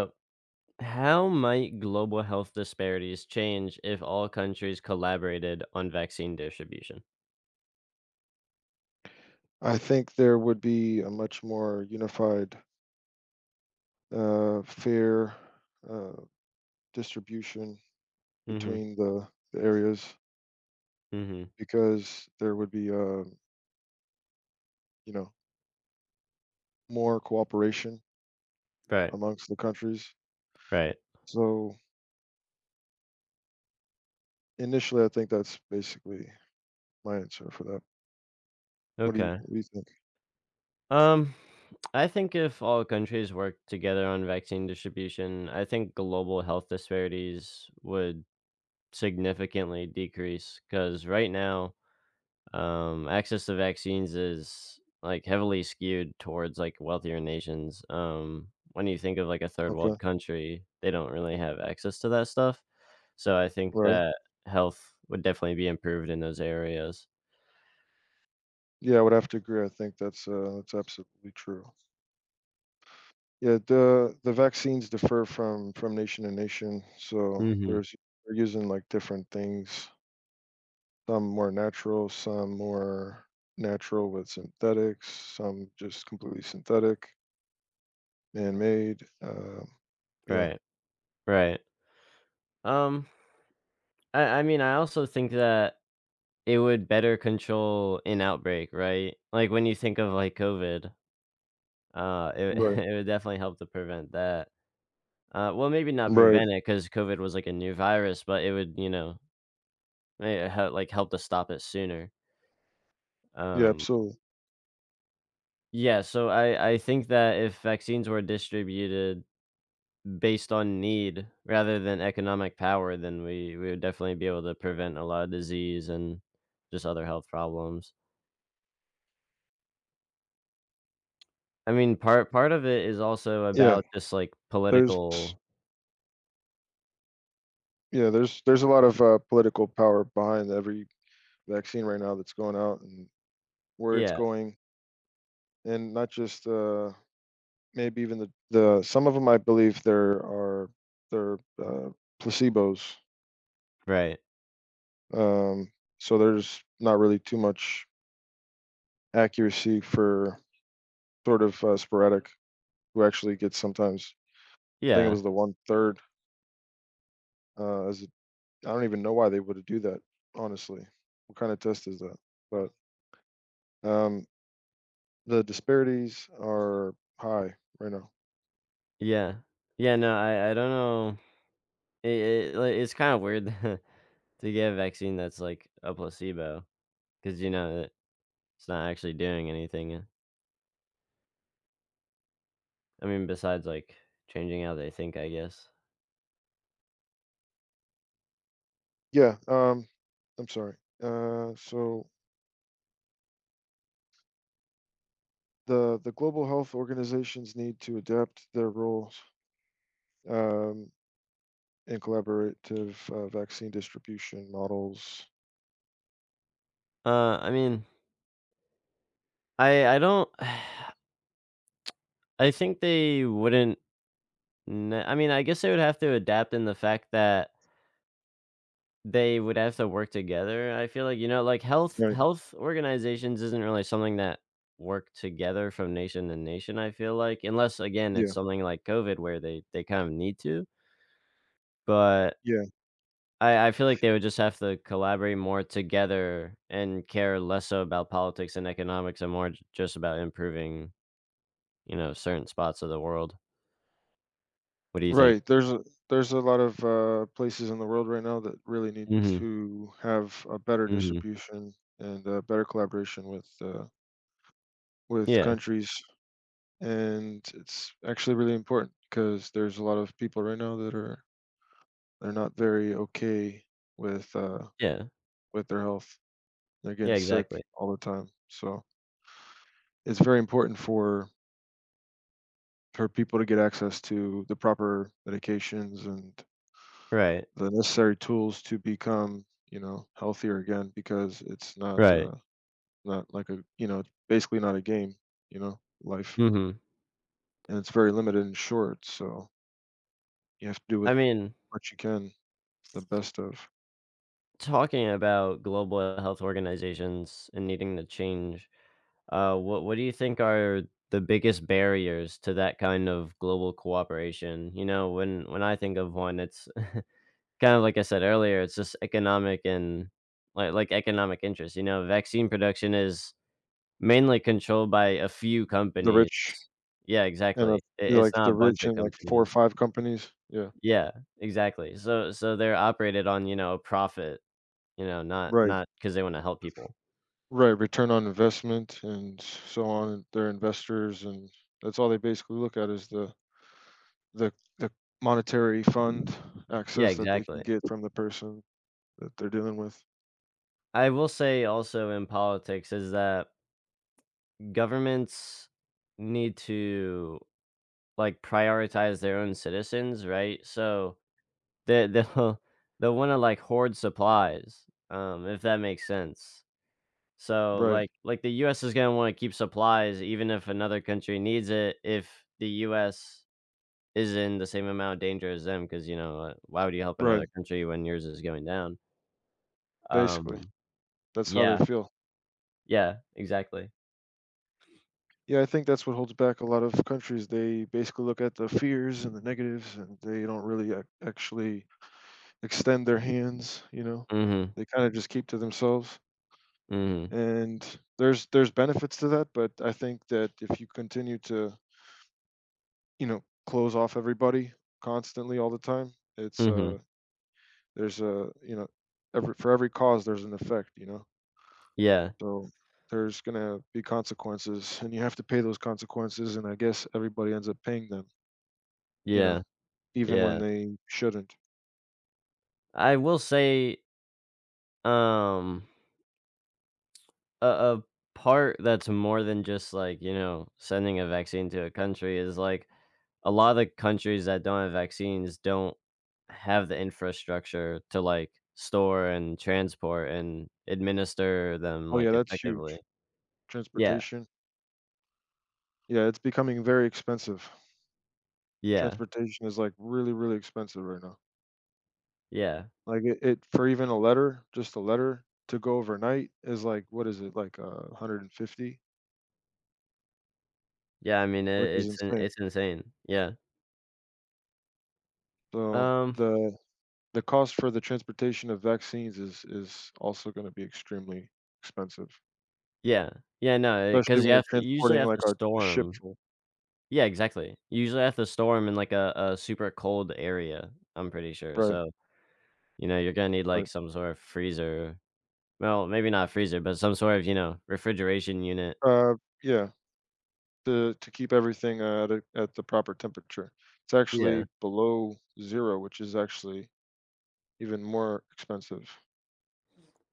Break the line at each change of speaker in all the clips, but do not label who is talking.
So, how might global health disparities change if all countries collaborated on vaccine distribution?
I think there would be a much more unified, fair, uh, distribution
Mhm,
between the areas
mhm.
because there would be, you know, more cooperation
Right,
amongst the countries.
right.
So, initially, I think that's basically my answer for that. What do you
Okay.
what do you think?
Um, I think if all countries worked together on vaccine distribution, I think global health disparities would significantly decrease, because right now access to vaccines is like heavily skewed towards like wealthier nations. When you think of like a third
Okay,
world country, they don't really have access to that stuff. So I think
right.
that health would definitely be improved in those areas.
Yeah, I would have to agree. I think that's absolutely true. Yeah, the vaccines differ from nation to nation, so
Hmm.
there's they're using, like, different things some more natural with synthetics, some just completely synthetic, man-made. Yeah,
Right. Right. Um, I mean, I also think that it would better control an outbreak, right? Like when you think of like COVID,
right,
it would definitely help to prevent that. Well, maybe not
right.
prevent it because COVID was, like, a new virus, but it would, you know, eh, hel like, help to stop it sooner.
Yeah,
Um,
absolutely.
yeah, so I think that if vaccines were distributed based on need rather than economic power, then we would definitely be able to prevent a lot of disease and just other health problems. I mean, part of it is also
Yeah,
about just, like,
there's
political.
yeah, there's a lot of political power behind every vaccine right now that's going out and where it's
Yeah,
going, and not just maybe even the some of them I believe there are they're uh, placebos.
right.
Um, so there's not really too much accuracy for sort of sporadic who actually gets sometimes I think it
Yeah,
was the one third. As a, I don't even know why they would do that. Honestly, what kind of test is that? But um, the disparities are high right now.
yeah. Yeah, no, I don't know. It it like, it's kinda weird. To get a vaccine that's like a placebo, because you know that it's not actually doing anything. I mean, besides, like, changing how they think, I guess.
Yeah. I'm sorry. So the global health organizations need to adapt their roles um, in collaborative vaccine distribution models.
I mean, I don't I think they wouldn't n I mean, I guess they would have to adapt in the fact that they would have to work together. I feel like, you know, like, health
Right.
health organizations isn't really something that work together from nation to nation, I feel like, unless, again, it's
Yeah.
something like COVID where they kind of need to, but
Yeah.
I feel like they would just have to collaborate more together and care less so about politics and economics and more j just about improving, you know, certain spots of the world. What do you think?
Right. There's a lot of places in the world right now that really need
Mhm,
to have a better
mhm.
distribution and better collaboration with
Yeah,
countries, and it's actually really important because there's a lot of people right now that are they're not very okay with uh,
yeah.
with their health. They're
Yeah,
getting sick
exactly.
all the time, so it's very important for people to get access to the proper medications and
Right,
the necessary tools to become, healthier again because it's not
right.
not like a it's basically not a game, you know, life.
Mhm.
And it's very limited and short, so you have to do
I
with
mean,
what you can, the best of
talking about global health organizations and needing to change, what do you think are the biggest barriers to that kind of global cooperation? You know, when I think of one, it's kind of like I said earlier, it's just economic and like economic interest, you know, vaccine production is mainly controlled by a few
the
companies.
rich
Yeah,
and
exactly.
of
It's
like
not a
the
bunch
rich
of
and like four or
companies.
five companies. Yeah.
Yeah, exactly. So so they're operated on, you know, profit, you know, not
Right.
not because they wanna help people.
Right. Return on investment and so on. And they investors and that's all they basically look at is the the monetary fund
Yeah,
access that they
exactly.
can get from the person that they're dealing with.
I will say also in politics is that governments need to, like, prioritize their own citizens, right? So They they'll they'll wanna, like, hoard supplies, if that makes sense. So,
Right,
like, the US is gonna wanna keep supplies even if another country needs it, if the US is in the same amount of danger as them, because you know, why would you help another
right,
country when yours is going down?
basically.
Um,
That's how they
yeah,
feel.
yeah, exactly.
Yeah, I think that's what holds back a lot of countries. They basically look at the fears and the negatives, and they don't really actually extend their hands, you know?
Mhm,
They kind of just keep to themselves.
mhm,
And there's benefits to that, but I think that if you continue to, you know, close off everybody constantly all the time, it's
mhm.
there's a, you know, every for every cause there's an effect, you know?
Yeah,
So there's gonna be consequences, and you have to pay those consequences. And I guess everybody ends up paying them, you
yeah,
know, even when
yeah.
they shouldn't.
I will say, um a part that's more than just, like, you know, sending a vaccine to a country is, like, a lot of the countries that don't have vaccines don't have the infrastructure to, like, store and transport and administer them,
Oh
like,
yeah, that's
effectively.
huge.
Yeah,
Transportation. Yeah, it's becoming very expensive.
yeah,
Transportation is like really, really expensive right now.
yeah.
It for even a letter, just a letter to go overnight is like what is it like 150,
Yeah, I mean, I
which is
it's in
insane.
it's insane. Yeah.
So
Um,
the cost for the transportation of vaccines is also going to be extremely expensive.
yeah. Yeah, no,
Especially
because you
when you're
have to you usually
transporting,
have
like,
to
a
store
ship
'em.
full.
Yeah, exactly. You usually have to store 'em in, like, a super cold area, I'm pretty sure,
Right,
so you know, you're gonna need
right.
like some sort of freezer. Well, maybe not freezer, but some sort of, you know, refrigeration unit.
Uh, yeah, to keep everything at a at the proper temperature. It's
Yeah.
actually below 0, which is actually even more expensive.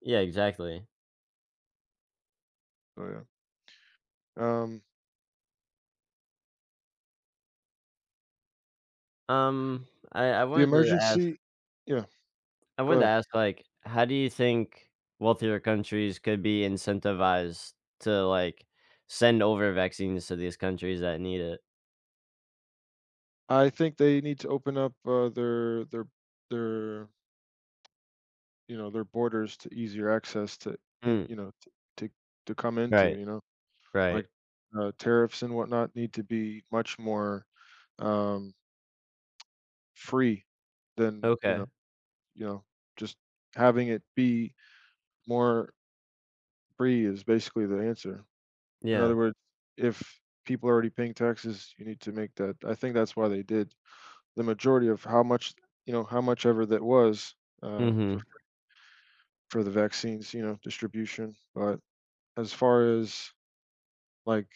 Yeah, exactly.
So, yeah. Um,
Um, I
the
wanted to ask
emergency Yeah,
I
go
wanted to
ahead.
ask like how do you think wealthier countries could be incentivized to like send over vaccines to these countries that need it?
I think they need to open up, their, you know, their borders to easier access to in
Mm,
you know, t to to come into,
right,
you know?
right.
Like, tariffs and whatnot need to be much more, um free than,
Okay.
you know, just having it be more free is basically the answer. In
Yeah.
other words, if people are already paying taxes, you need to make that I think that's why they did the majority of how much you know, how much ever that was, uh, for
Mm-hmm.
for the vaccines, you know, distribution, but as far as, like,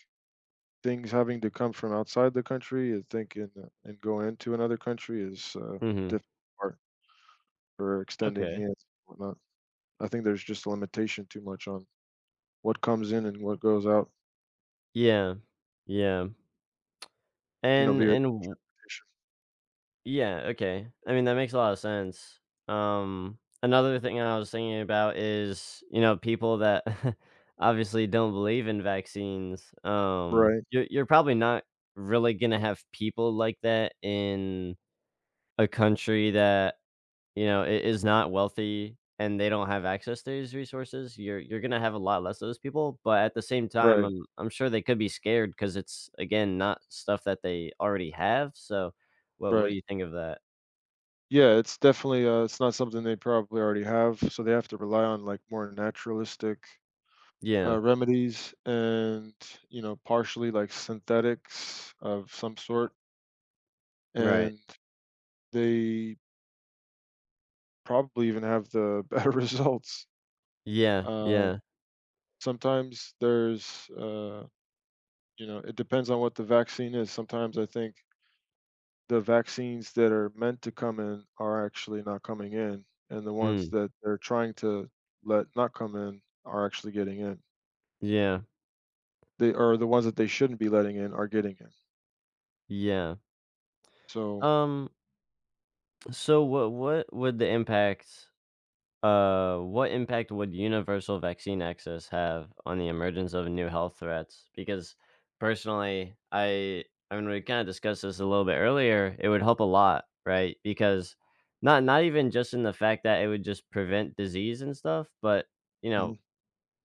things having to come from outside the country, I think and go into another country is,
Mm-hmm.
difficult part for extending
Okay.
hands and whatnot. I think there's just a limitation too much on what comes in and what goes out,
Yeah. Yeah.
you know,
And
via
and
addition.
yeah, okay. I mean, that makes a lot of sense. Another thing I was thinking about is, you know, people that obviously don't believe in vaccines.
Right,
You're probably not really going to have people like that in a country that, you know, is not wealthy and they don't have access to these resources. You're going to have a lot less of those people, but at the same time,
right,
I'm sure they could be scared because it's again not stuff that they already have. So, what do
right.
you think of that?
Yeah, it's definitely, it's not something they probably already have, so they have to rely on, like, more naturalistic,
Yeah,
remedies and, you know, partially, like, synthetics of some sort,
right.
and they probably even have the better results.
Yeah,
Uh,
yeah.
sometimes there's, you know, it depends on what the vaccine is. Sometimes I think the vaccines that are meant to come in are actually not coming in, and the ones
Mm,
that they're trying to let not come in are actually getting in.
yeah,
They are the ones that they shouldn't be letting in are getting in.
yeah.
So
Um, so what would the impact what impact would universal vaccine access have on the emergence of new health threats? Because personally, I mean we kind of discussed this a little bit earlier, it would help a lot, right? Because not even just in the fact that it would just prevent disease and stuff, but you
Mhm.
know,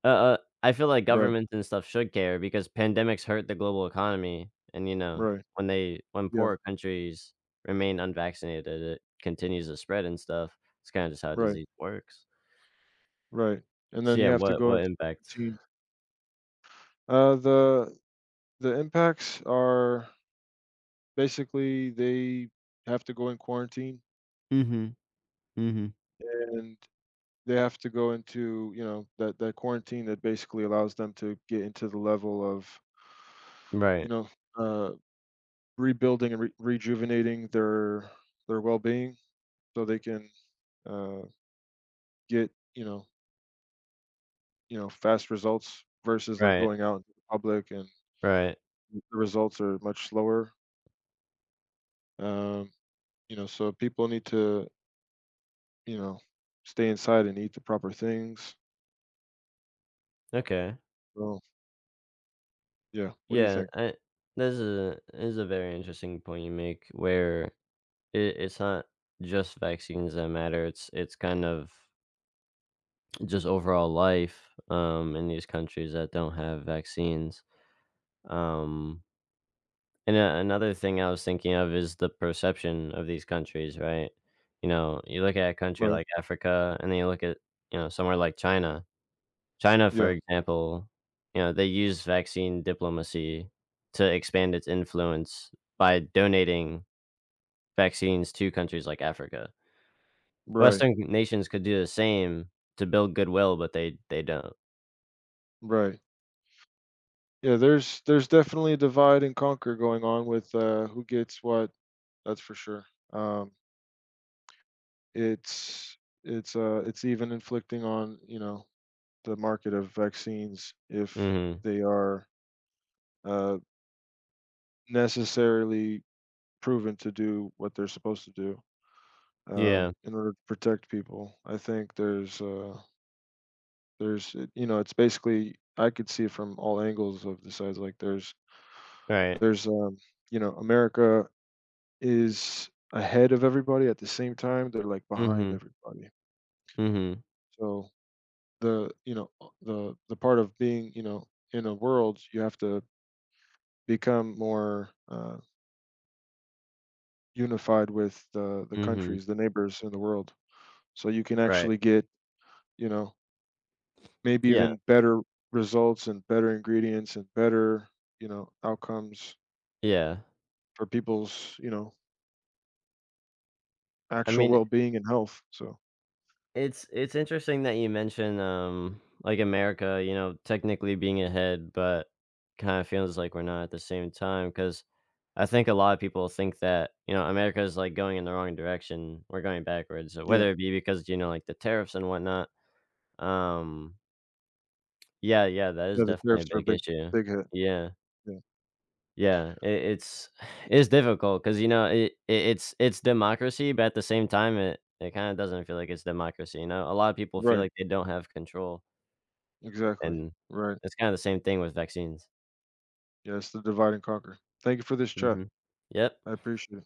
Uh uh, I feel like
Right,
governments and stuff should care because pandemics hurt the global economy, and, you know,
right.
when
Yeah,
poorer countries remain unvaccinated, it continues to spread and stuff. It's kinda just how
right,
disease works.
right. And
So,
then
yeah,
you have to
what
go
what
into
impact?
quarantine. Uh, the the impacts are basically they have to go in quarantine
Mhm, mhm.
and they have to go into, you know, that quarantine that basically allows them to get into the level of you
Right,
know, uh, rebuilding and re rejuvenating their well-being so they can, uh, get, you know, fast results versus, like,
right,
going out into the public and
right.
the results are much slower. Um, you know, so people need to, you know, stay inside and eat the proper things.
Okay.
So yeah, what do you
Yeah,
think?
I this is a very interesting point you make where it it's not just vaccines that matter, it's kind of just overall life in these countries that don't have vaccines. Um, and another thing I was thinking of is the perception of these countries, right? You know, you look at a country
Right.
like Africa, and then you look at you know somewhere like China. China, for
Yeah.
example, you know they use vaccine diplomacy to expand its influence by donating vaccines to countries like Africa.
Right.
Western nations could do the same to build goodwill, but they don't.
Right. Yeah, there's definitely a divide and conquer going on with, who gets what, that's for sure. Um it's it's even inflicting on you know the market of vaccines if
Hmm.
they are uh, necessarily proven to do what they're supposed to do
Yeah.
in order to protect people. I think you know it's basically I could see it from all angles of the sides. Like
Right.
there's you know America is ahead of everybody at the same time they're like behind
Mhm.
everybody.
Mhm.
So the you know the part of being you know in a world you have to become more unified with the
Mhm.
countries the neighbors in the world so you can
Right.
actually get you know maybe
Yeah.
even better results and better ingredients and better you know outcomes
Yeah.
for people's you know
I
actual
mean,
well-being and health so
it's interesting that you mention like, America, you know, technically being ahead, but kinda feels like we're not at the same time. Because I think a lot of people think that, you know, America is, like, going in the wrong direction. We're going backwards, so
yeah
whether it be because, you know, like, the tariffs and whatnot. Um, yeah, yeah, that is
yeah the
definitely a
tariffs are a
big
big
issue.
big hit
Yeah.
yeah
Yeah, it's it's difficult because you know, it's democracy, but at the same time, it kinda doesn't feel like it's democracy, you know? A lot of people feel
right
like they don't have control,
exactly
and
right
it's kinda the same thing with vaccines.
yes the divide and conquer thank you for this chat
Mhm. Yep.
I appreciate it